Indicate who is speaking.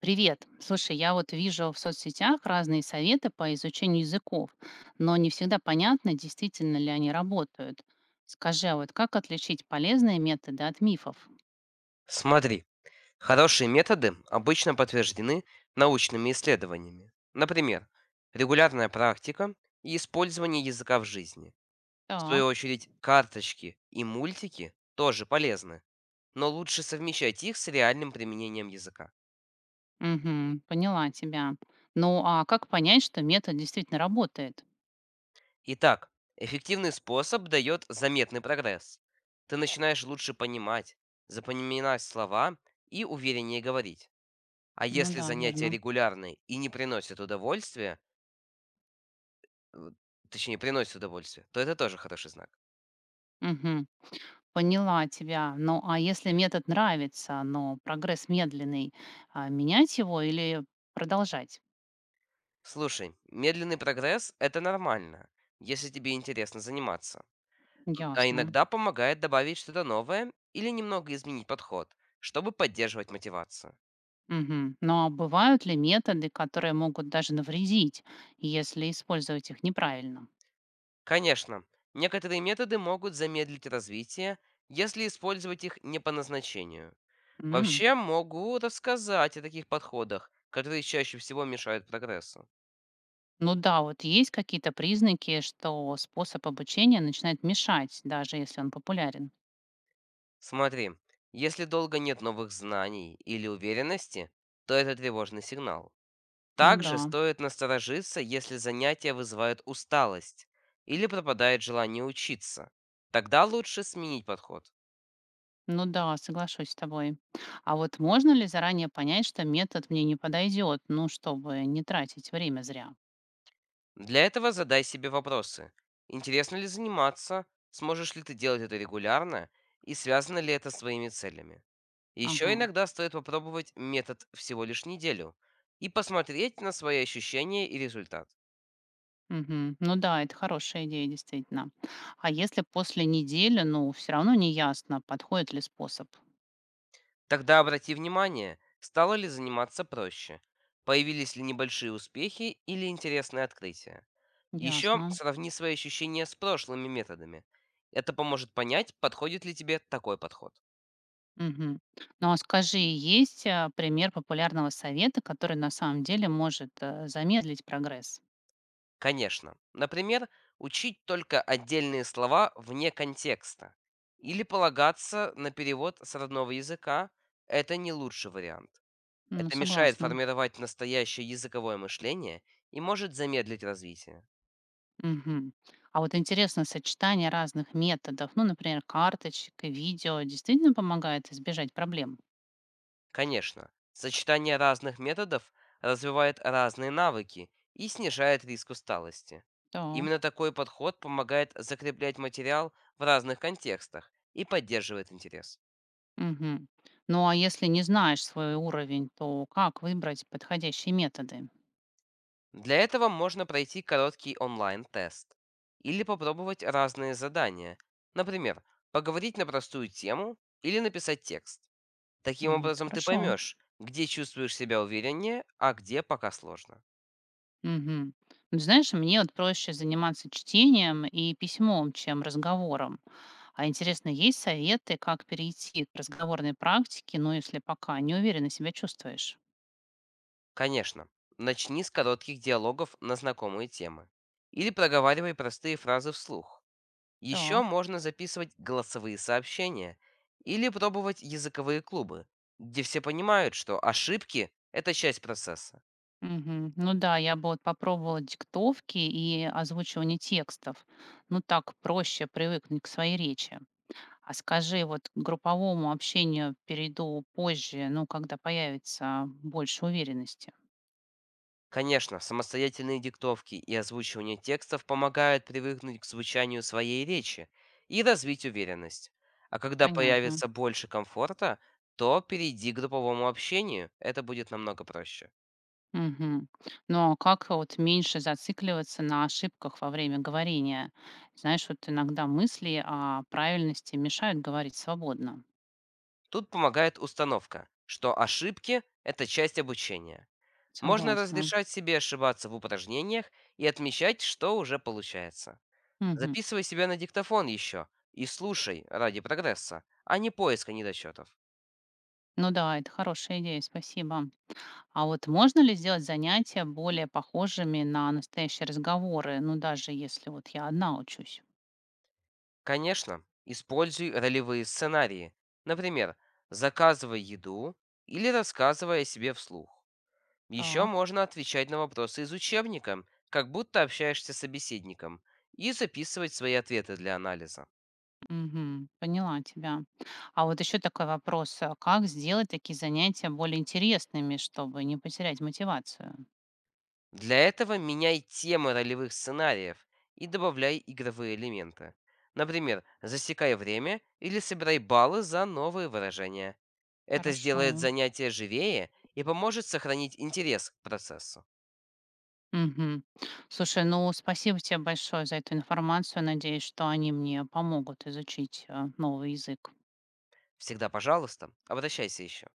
Speaker 1: Привет. Слушай, я вот вижу в соцсетях разные советы по изучению языков, но не всегда понятно, действительно ли они работают. Скажи, а вот как отличить полезные методы от мифов?
Speaker 2: Смотри, хорошие методы обычно подтверждены научными исследованиями. Например, регулярная практика и использование языка в жизни. В
Speaker 1: Так,
Speaker 2: свою очередь, карточки и мультики тоже полезны, но лучше совмещать их с реальным применением языка.
Speaker 1: мгм, поняла тебя. Ну, а как понять, что метод действительно работает?
Speaker 2: Итак, эффективный способ дает заметный прогресс. Ты начинаешь лучше понимать, запоминать слова и увереннее говорить. А
Speaker 1: Ну
Speaker 2: если
Speaker 1: да,
Speaker 2: занятия
Speaker 1: верно.
Speaker 2: регулярные и не приносят удовольствия, вот, точнее, приносит удовольствие, то это тоже хороший знак.
Speaker 1: Мгм, поняла тебя. Ну, а если метод нравится, но прогресс медленный, а менять его или продолжать?
Speaker 2: Слушай, медленный прогресс — это нормально, если тебе интересно заниматься. А
Speaker 1: Ясно.
Speaker 2: иногда помогает добавить что-то новое или немного изменить подход, чтобы поддерживать мотивацию.
Speaker 1: Мгм. Ну а бывают ли методы, которые могут даже навредить, если использовать их неправильно?
Speaker 2: Конечно, некоторые методы могут замедлить развитие, если использовать их не по назначению.
Speaker 1: М.
Speaker 2: Вообще, могу рассказать о таких подходах, которые чаще всего мешают прогрессу.
Speaker 1: Ну да, вот есть какие-то признаки, что способ обучения начинает мешать, даже если он популярен.
Speaker 2: Смотри, если долго нет новых знаний или уверенности, то это тревожный сигнал.
Speaker 1: Ну да,
Speaker 2: Также стоит насторожиться, если занятия вызывают усталость или пропадает желание учиться. Тогда лучше сменить подход.
Speaker 1: ну да, соглашусь с тобой. А вот можно ли заранее понять, что метод мне не подойдет, ну, чтобы не тратить время зря?
Speaker 2: Для этого задай себе вопросы. Интересно ли заниматься? Сможешь ли ты делать это регулярно? И связано ли это с твоими целями? Еще
Speaker 1: Ага.
Speaker 2: иногда стоит попробовать метод всего лишь неделю и посмотреть на свои ощущения и результат.
Speaker 1: Мгм. Ну да, это хорошая идея, действительно. А если после недели, ну, все равно не ясно, подходит ли способ?
Speaker 2: Тогда обрати внимание, стало ли заниматься проще, появились ли небольшие успехи или интересные открытия. Еще
Speaker 1: Ясно.
Speaker 2: сравни свои ощущения с прошлыми методами. Это поможет понять, подходит ли тебе такой подход.
Speaker 1: Мгм. Ну а скажи, есть а, пример популярного совета, который на самом деле может замедлить прогресс?
Speaker 2: Конечно, например, учить только отдельные слова вне контекста или полагаться на перевод с родного языка — это не лучший вариант.
Speaker 1: Ну,
Speaker 2: Это мешает
Speaker 1: согласна.
Speaker 2: формировать настоящее языковое мышление и может замедлить развитие.
Speaker 1: Мгм. А вот интересно, сочетание разных методов, ну, например, карточек и видео, действительно помогает избежать проблем?
Speaker 2: Конечно, сочетание разных методов развивает разные навыки и снижает риск усталости. Именно
Speaker 1: Так.
Speaker 2: такой подход помогает закреплять материал в разных контекстах и поддерживает интерес.
Speaker 1: Мгм. Ну а если не знаешь свой уровень, то как выбрать подходящие методы?
Speaker 2: Для этого можно пройти короткий онлайн-тест или попробовать разные задания. Например, поговорить на простую тему или написать текст. Таким
Speaker 1: М, это
Speaker 2: образом ты
Speaker 1: хорошо.
Speaker 2: поймешь, где чувствуешь себя увереннее, а где пока сложно.
Speaker 1: Мгм. Ну, знаешь, мне вот проще заниматься чтением и письмом, чем разговором. А интересно, есть советы, как перейти к разговорной практике, ну, если пока не уверенно себя чувствуешь?
Speaker 2: Конечно, начни с коротких диалогов на знакомые темы. Или проговаривай простые фразы вслух. Еще
Speaker 1: Так.
Speaker 2: можно записывать голосовые сообщения или пробовать языковые клубы, где все понимают, что ошибки — это часть процесса.
Speaker 1: Мгм. Ну да, я бы вот попробовала диктовки и озвучивание текстов. Ну так проще привыкнуть к своей речи. А скажи, вот к групповому общению перейду позже, ну, когда появится больше уверенности.
Speaker 2: Конечно, самостоятельные диктовки и озвучивание текстов помогают привыкнуть к звучанию своей речи и развить уверенность. А когда
Speaker 1: Понятно.
Speaker 2: появится больше комфорта, то перейди к групповому общению, это будет намного проще.
Speaker 1: Мгм. Но как вот меньше зацикливаться на ошибках во время говорения? Знаешь, вот иногда мысли о правильности мешают говорить свободно.
Speaker 2: Тут помогает установка, что ошибки — это часть обучения. Можно
Speaker 1: Согласна.
Speaker 2: разрешать себе ошибаться в упражнениях и отмечать, что уже получается.
Speaker 1: Мгм.
Speaker 2: Записывай себя на диктофон еще и слушай ради прогресса, а не поиска недочетов.
Speaker 1: Ну да, это хорошая идея, спасибо. А вот можно ли сделать занятия более похожими на настоящие разговоры, ну даже если вот я одна учусь?
Speaker 2: Конечно, используй ролевые сценарии. Например, заказывай еду или рассказывай о себе вслух. Еще
Speaker 1: Так.
Speaker 2: можно отвечать на вопросы из учебника, как будто общаешься с собеседником, и записывать свои ответы для анализа.
Speaker 1: Мгм. Поняла тебя. А вот еще такой вопрос, а как сделать такие занятия более интересными, чтобы не потерять мотивацию?
Speaker 2: Для этого меняй темы ролевых сценариев и добавляй игровые элементы. Например, засекай время или собирай баллы за новые выражения. Это
Speaker 1: Хорошо.
Speaker 2: сделает занятие живее и поможет сохранить интерес к процессу.
Speaker 1: Мгм. Слушай, ну спасибо тебе большое за эту информацию. Надеюсь, что они мне помогут изучить новый язык.
Speaker 2: Всегда, пожалуйста, обращайся еще.